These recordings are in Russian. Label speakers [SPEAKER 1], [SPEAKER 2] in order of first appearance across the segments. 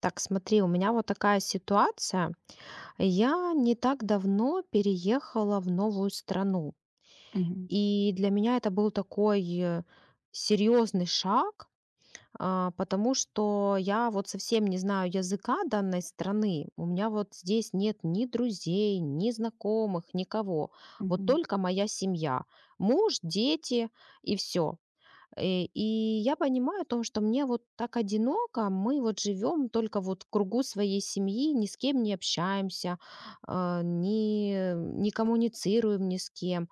[SPEAKER 1] Так, смотри, у меня вот такая ситуация. Я не так давно переехала в новую страну.
[SPEAKER 2] Мгм,
[SPEAKER 1] И для меня это был такой серьезный шаг, потому что я вот совсем не знаю языка данной страны. У меня вот здесь нет ни друзей, ни знакомых, никого. Вот
[SPEAKER 2] мгм.
[SPEAKER 1] только моя семья. Муж, дети и все. Э, И я понимаю о том, что мне вот так одиноко, мы вот живем только вот в кругу своей семьи, ни с кем не общаемся, а, ни, не коммуницируем ни с кем.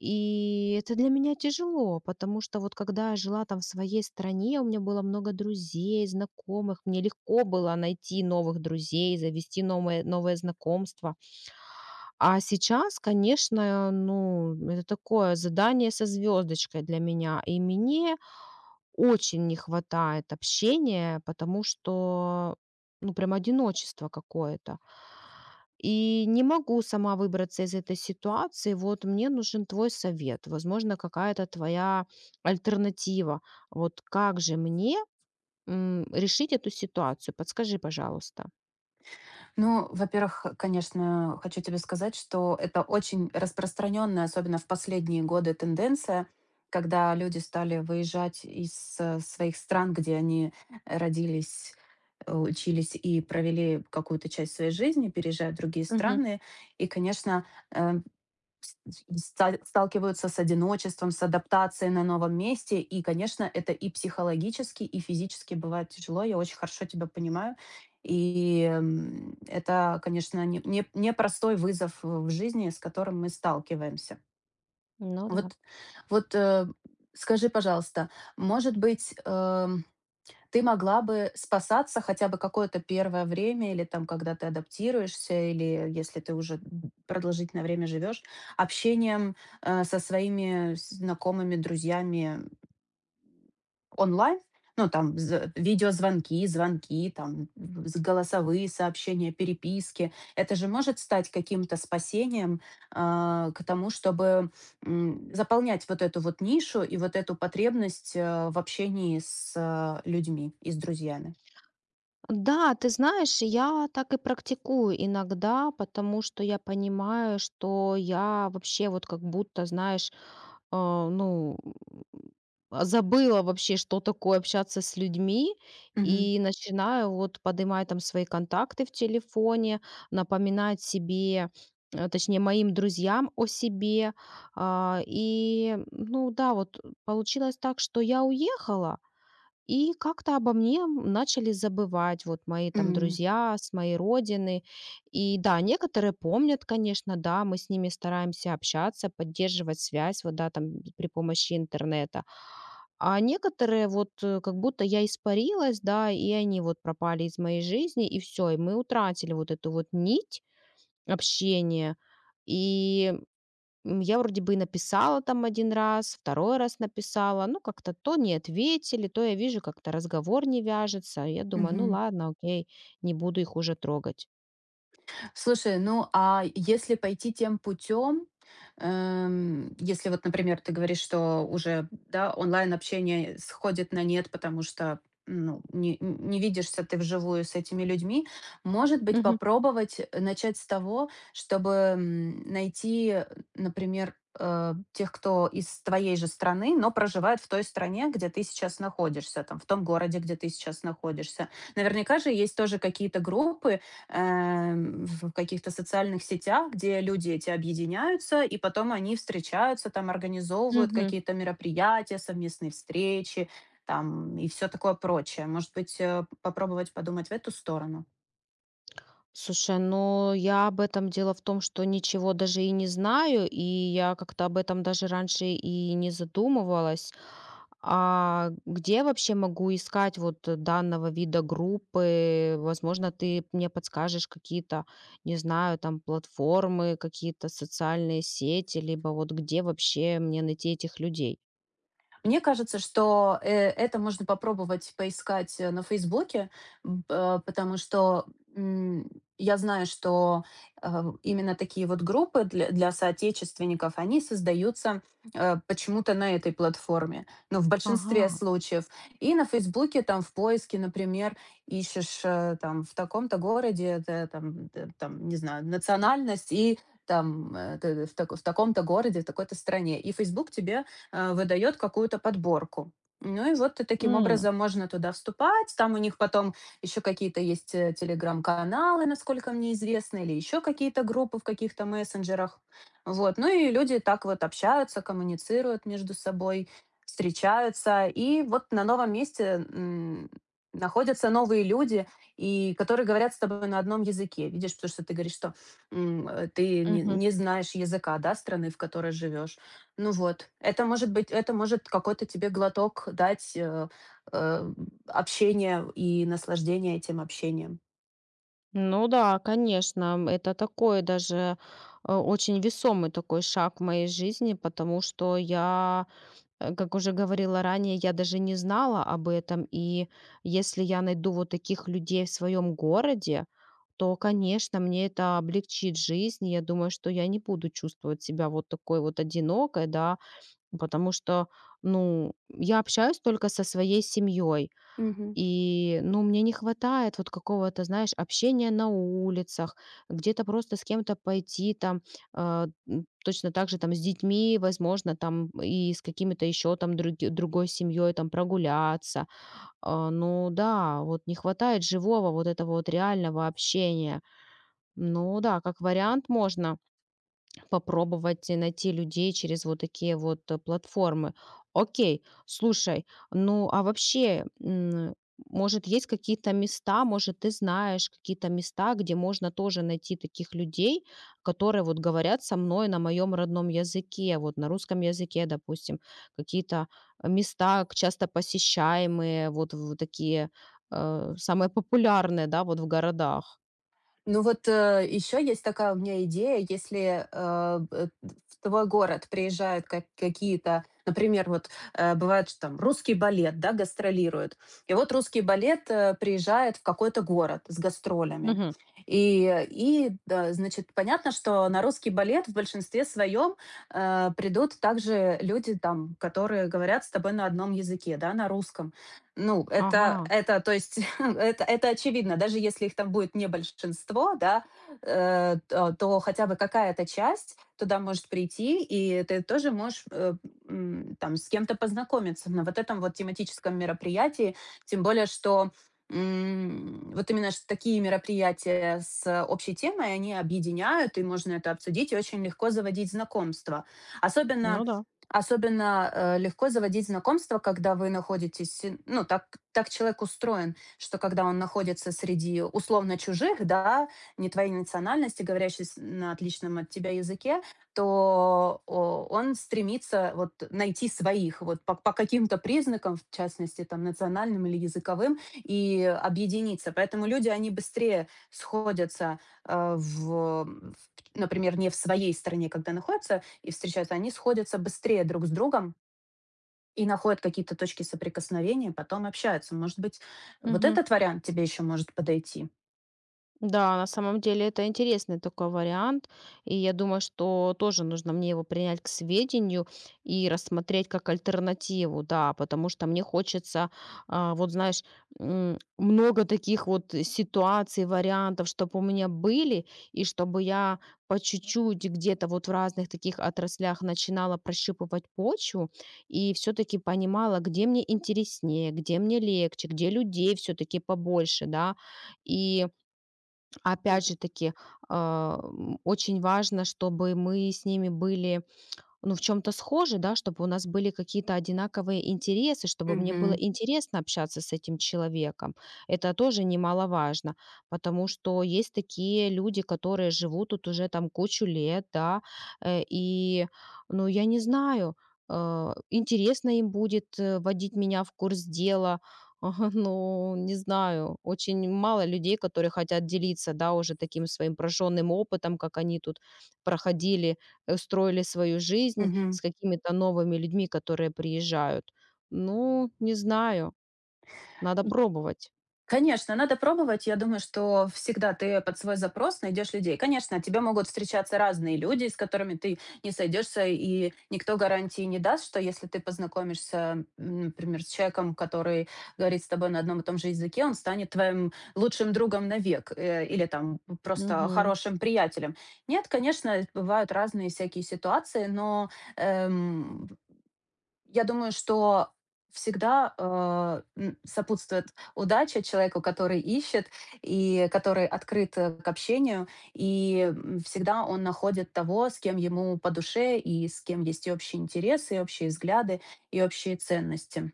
[SPEAKER 1] И это для меня тяжело, потому что вот когда я жила там в своей стране, у меня было много друзей, знакомых, мне легко было найти новых друзей, завести новое знакомство. А сейчас, конечно, ну, это такое задание со звездочкой для меня. И мне очень не хватает общения, потому что, ну, прям одиночество какое-то. И не могу сама выбраться из этой ситуации. Вот мне нужен твой совет, возможно, какая-то твоя альтернатива. Вот как же мне, решить эту ситуацию? Подскажи, пожалуйста.
[SPEAKER 2] Ну, во-первых, конечно, хочу тебе сказать, что это очень распространенная, особенно в последние годы, тенденция, когда люди стали выезжать из своих стран, где они родились, учились и провели какую-то часть своей жизни, переезжают в другие
[SPEAKER 1] Мгм.
[SPEAKER 2] страны. И, конечно, э, с и ста сталкиваются с одиночеством, с адаптацией на новом месте. И, конечно, это и психологически, и физически бывает тяжело. Я очень хорошо тебя понимаю. И, это, конечно, не не непростой вызов в жизни, с которым мы сталкиваемся.
[SPEAKER 1] Ну да.
[SPEAKER 2] Вот вот, скажи, пожалуйста, может быть, ты могла бы спасаться хотя бы какое-то первое время или там, когда ты адаптируешься, или если ты уже продолжительное время живешь, общением со своими знакомыми, друзьями онлайн, ну, там, видеозвонки, звонки, там, голосовые сообщения, переписки. Это же может стать каким-то спасением к тому, чтобы заполнять вот эту вот нишу и вот эту потребность в общении с людьми и с друзьями.
[SPEAKER 1] Да, ты знаешь, я так и практикую иногда, потому что я понимаю, что я вообще вот как будто, знаешь, а, ну, забыла вообще, что такое общаться с людьми,
[SPEAKER 2] Мгм.
[SPEAKER 1] и начинаю вот поднимать там свои контакты в телефоне, напоминать себе, точнее, моим друзьям о себе. Ну да, вот, получилось так, что я уехала, и как-то обо мне начали забывать вот мои там
[SPEAKER 2] М.
[SPEAKER 1] друзья с моей родины. И да, некоторые помнят, конечно, да, мы с ними стараемся общаться, поддерживать связь, вот да, там при помощи интернета. А некоторые вот, как будто я испарилась, да, и они вот пропали из моей жизни, и все, и мы утратили вот эту вот нить общения. И я вроде бы и написала там один раз, второй раз написала, ну, как-то то не ответили, то я вижу, как-то разговор не вяжется. Я думаю, ну
[SPEAKER 2] Мгм.
[SPEAKER 1] ладно, окей, не буду их уже трогать.
[SPEAKER 2] Слушай, ну а если пойти тем путем, если вот, например, ты говоришь, что уже да, онлайн-общение сходит на нет, потому что ну, не видишься ты вживую с этими людьми, может быть,
[SPEAKER 1] Мгм,
[SPEAKER 2] попробовать начать с того, чтобы найти, например, тех, кто из твоей же страны, но проживает в той стране, где ты сейчас находишься, там, в том городе, где ты сейчас находишься. Наверняка же есть тоже какие-то группы, в каких-то социальных сетях, где люди эти объединяются, и потом они встречаются, там организовывают
[SPEAKER 1] мгм.
[SPEAKER 2] какие-то мероприятия, совместные встречи, там и все такое прочее. Может быть, попробовать подумать в эту сторону?
[SPEAKER 1] Слушай, ну я об этом дело в том, что ничего даже и не знаю, и я как-то об этом даже раньше и не задумывалась. А где вообще могу искать вот данного вида группы? Возможно, ты мне подскажешь какие-то, не знаю, там платформы, какие-то социальные сети, либо вот где вообще мне найти этих людей?
[SPEAKER 2] Мне кажется, что, это можно попробовать поискать, на "Фейсбуке", потому что, м, я знаю, что, э, именно такие вот группы для соотечественников, они создаются, почему-то на этой платформе, ну, в
[SPEAKER 1] Ага.
[SPEAKER 2] большинстве случаев. И на "Фейсбуке", там, в поиске, например, ищешь, там, в таком-то городе, не знаю, национальность и там, э, т в тако в таком-то городе, в такой-то стране. И Facebook тебе выдает какую-то подборку. Ну и вот ты таким
[SPEAKER 1] М,
[SPEAKER 2] образом можно туда вступать. Там у них потом еще какие-то есть телеграм-каналы, насколько мне известно, или еще какие-то группы в каких-то мессенджерах. Вот. Ну и люди так вот общаются, коммуницируют между собой, встречаются. И вот на новом месте находятся новые люди, и которые говорят с тобой на одном языке. Видишь, потому что ты говоришь, что ты не,
[SPEAKER 1] мгм.
[SPEAKER 2] не знаешь языка, да, страны, в которой живешь. Ну вот, это может какой-то тебе глоток дать, э, общения и наслаждение этим общением.
[SPEAKER 1] Ну да, конечно, это такой даже очень весомый такой шаг в моей жизни, потому что как уже говорила ранее, я даже не знала об этом. И если я найду вот таких людей в своем городе, то, конечно, мне это облегчит жизнь. И я думаю, что я не буду чувствовать себя вот такой вот одинокой, да, потому что, ну, я общаюсь только со своей семьей.
[SPEAKER 2] Мгм.
[SPEAKER 1] И, ну, мне не хватает вот какого-то, знаешь, общения на улицах, где-то просто с кем-то пойти там, точно так же там с детьми, возможно, там и с какими-то еще там другой семьей там прогуляться. А, ну да, вот не хватает живого вот этого вот реального общения. Ну да, как вариант можно попробовать, найти людей через вот такие вот, платформы. Окей, слушай, ну, а вообще, может, есть какие-то места, может, ты знаешь какие-то места, где можно тоже найти таких людей, которые вот говорят со мной на моем родном языке, вот на русском языке, допустим, какие-то, места к часто посещаемые, вот в такие, самые популярные, да, вот в городах.
[SPEAKER 2] Ну вот, еще есть такая у меня идея, если, в твой город приезжают как какие-то, например, вот, бывает, что там русский балет, да, гастролирует. И вот русский балет, приезжает в какой-то город с гастролями.
[SPEAKER 1] Мгм.
[SPEAKER 2] И, да, значит, понятно, что на русский балет в большинстве своем, придут также люди там, которые говорят с тобой на одном языке, да, на русском. Ну, это
[SPEAKER 1] Ага,
[SPEAKER 2] это, то есть, это очевидно. Даже если их там будет не большинство, да, э, то то хотя бы какая-то часть туда может прийти, и ты тоже можешь, там с кем-то познакомиться на вот этом вот тематическом мероприятии. Тем более, что, вот именно ш такие мероприятия с общей темой, они объединяют, и можно это обсудить, и очень легко заводить знакомства. Особенно
[SPEAKER 1] ну да.
[SPEAKER 2] Особенно, легко заводить знакомства, когда вы находитесь, ну, так человек устроен, что когда он находится среди условно чужих, да, не твоей национальности, говорящих с на отличном от тебя языке, то о он стремится вот найти своих вот по каким-то признакам, в частности, там, национальным или языковым, и объединиться. Поэтому люди, они быстрее сходятся, э, в например, не в своей стране, когда находятся, и встречаются, они сходятся быстрее друг с другом и находят какие-то точки соприкосновения, потом общаются. Может быть, вот
[SPEAKER 1] Мгм.
[SPEAKER 2] этот вариант тебе еще может подойти?
[SPEAKER 1] Да, на самом деле это интересный такой вариант, и я думаю, что тоже нужно мне его принять к сведению и рассмотреть как альтернативу, да, потому что мне хочется, вот знаешь, много таких вот ситуаций, вариантов, чтобы у меня были, и чтобы я по чуть-чуть где-то вот в разных таких отраслях начинала прощупывать почву и все-таки понимала, где мне интереснее, где мне легче, где людей все-таки побольше, да, и опять
[SPEAKER 2] Мгм.
[SPEAKER 1] же таки, очень важно, чтобы мы с ними были ну, в чем то схожи, да, чтобы у нас были какие-то одинаковые интересы, чтобы мне было
[SPEAKER 2] Мгм.
[SPEAKER 1] интересно общаться с этим человеком. Это тоже немаловажно, потому что есть такие люди, которые живут тут уже там кучу лет, да, э, и, ну, я не знаю, интересно им будет, вводить меня в курс дела. Ну, не знаю, очень мало людей, которые хотят делиться, да, уже таким своим прожжённым опытом, как они тут проходили строили свою жизнь
[SPEAKER 2] Мгм.
[SPEAKER 1] с какими-то новыми людьми, которые приезжают. Ну, не знаю, надо пробовать.
[SPEAKER 2] Конечно, надо пробовать. Я думаю, что всегда ты под свой запрос найдешь людей. Конечно, тебе могут встречаться разные люди, с которыми ты не сойдешься, и никто гарантии не даст, что если ты познакомишься, например, с человеком, который говорит с тобой на одном и том же языке, он станет твоим лучшим другом навек или там просто
[SPEAKER 1] Мгм.
[SPEAKER 2] хорошим приятелем. Нет, конечно, бывают разные всякие ситуации, но эм, я думаю, что всегда, сопутствует удача человеку, который ищет и который открыт, к общению. И, всегда он находит того, с кем ему по душе и с кем есть и общие интересы, и общие взгляды, и общие ценности.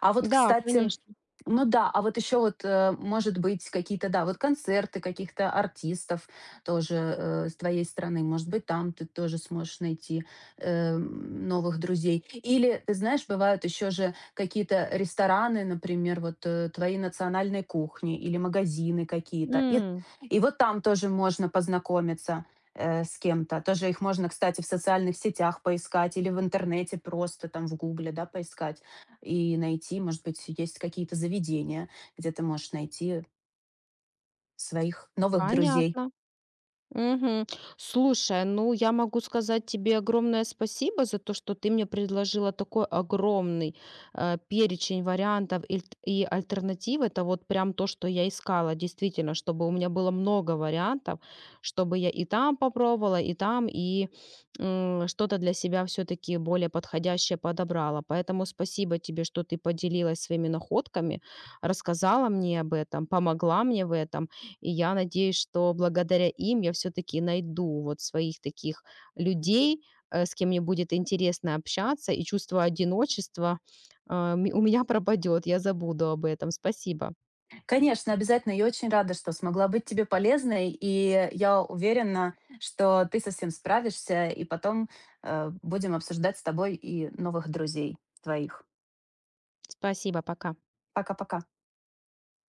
[SPEAKER 2] А вот,
[SPEAKER 1] Да,
[SPEAKER 2] кстати
[SPEAKER 1] конечно.
[SPEAKER 2] Ну да, а вот еще вот, может быть, какие-то, да, вот концерты каких-то артистов тоже с твоей стороны. Может быть, там ты тоже сможешь найти новых друзей. Или, ты знаешь, бывают еще же какие-то рестораны, например, вот твоей национальной кухни или магазины какие-то. И,
[SPEAKER 1] М,
[SPEAKER 2] и вот там тоже можно познакомиться с кем-то. Тоже их можно, кстати, в социальных сетях поискать или в интернете просто там в Гугле, да, поискать и найти, может быть, есть какие-то заведения, где ты можешь найти своих новых друзей.
[SPEAKER 1] понятно. Мгм. Слушай, ну я могу сказать тебе огромное спасибо за то, что ты мне предложила такой огромный перечень вариантов и альтернатив. Это вот прям то, что я искала, действительно, чтобы у меня было много вариантов, чтобы я и там попробовала, и там, и что-то для себя все-таки более подходящее подобрала. Поэтому спасибо тебе, что ты поделилась своими находками, рассказала мне об этом, помогла мне в этом. И я надеюсь, что благодаря им я все таки найду вот своих таких людей, с кем мне будет интересно общаться, и чувство одиночества, а, ме у меня пропадет, я забуду об этом. Спасибо.
[SPEAKER 2] Конечно, обязательно. Я очень рада, что смогла быть тебе полезной, и я уверена, что ты со всем справишься, и потом будем обсуждать с тобой и новых друзей твоих.
[SPEAKER 1] Спасибо, пока.
[SPEAKER 2] Пока-пока.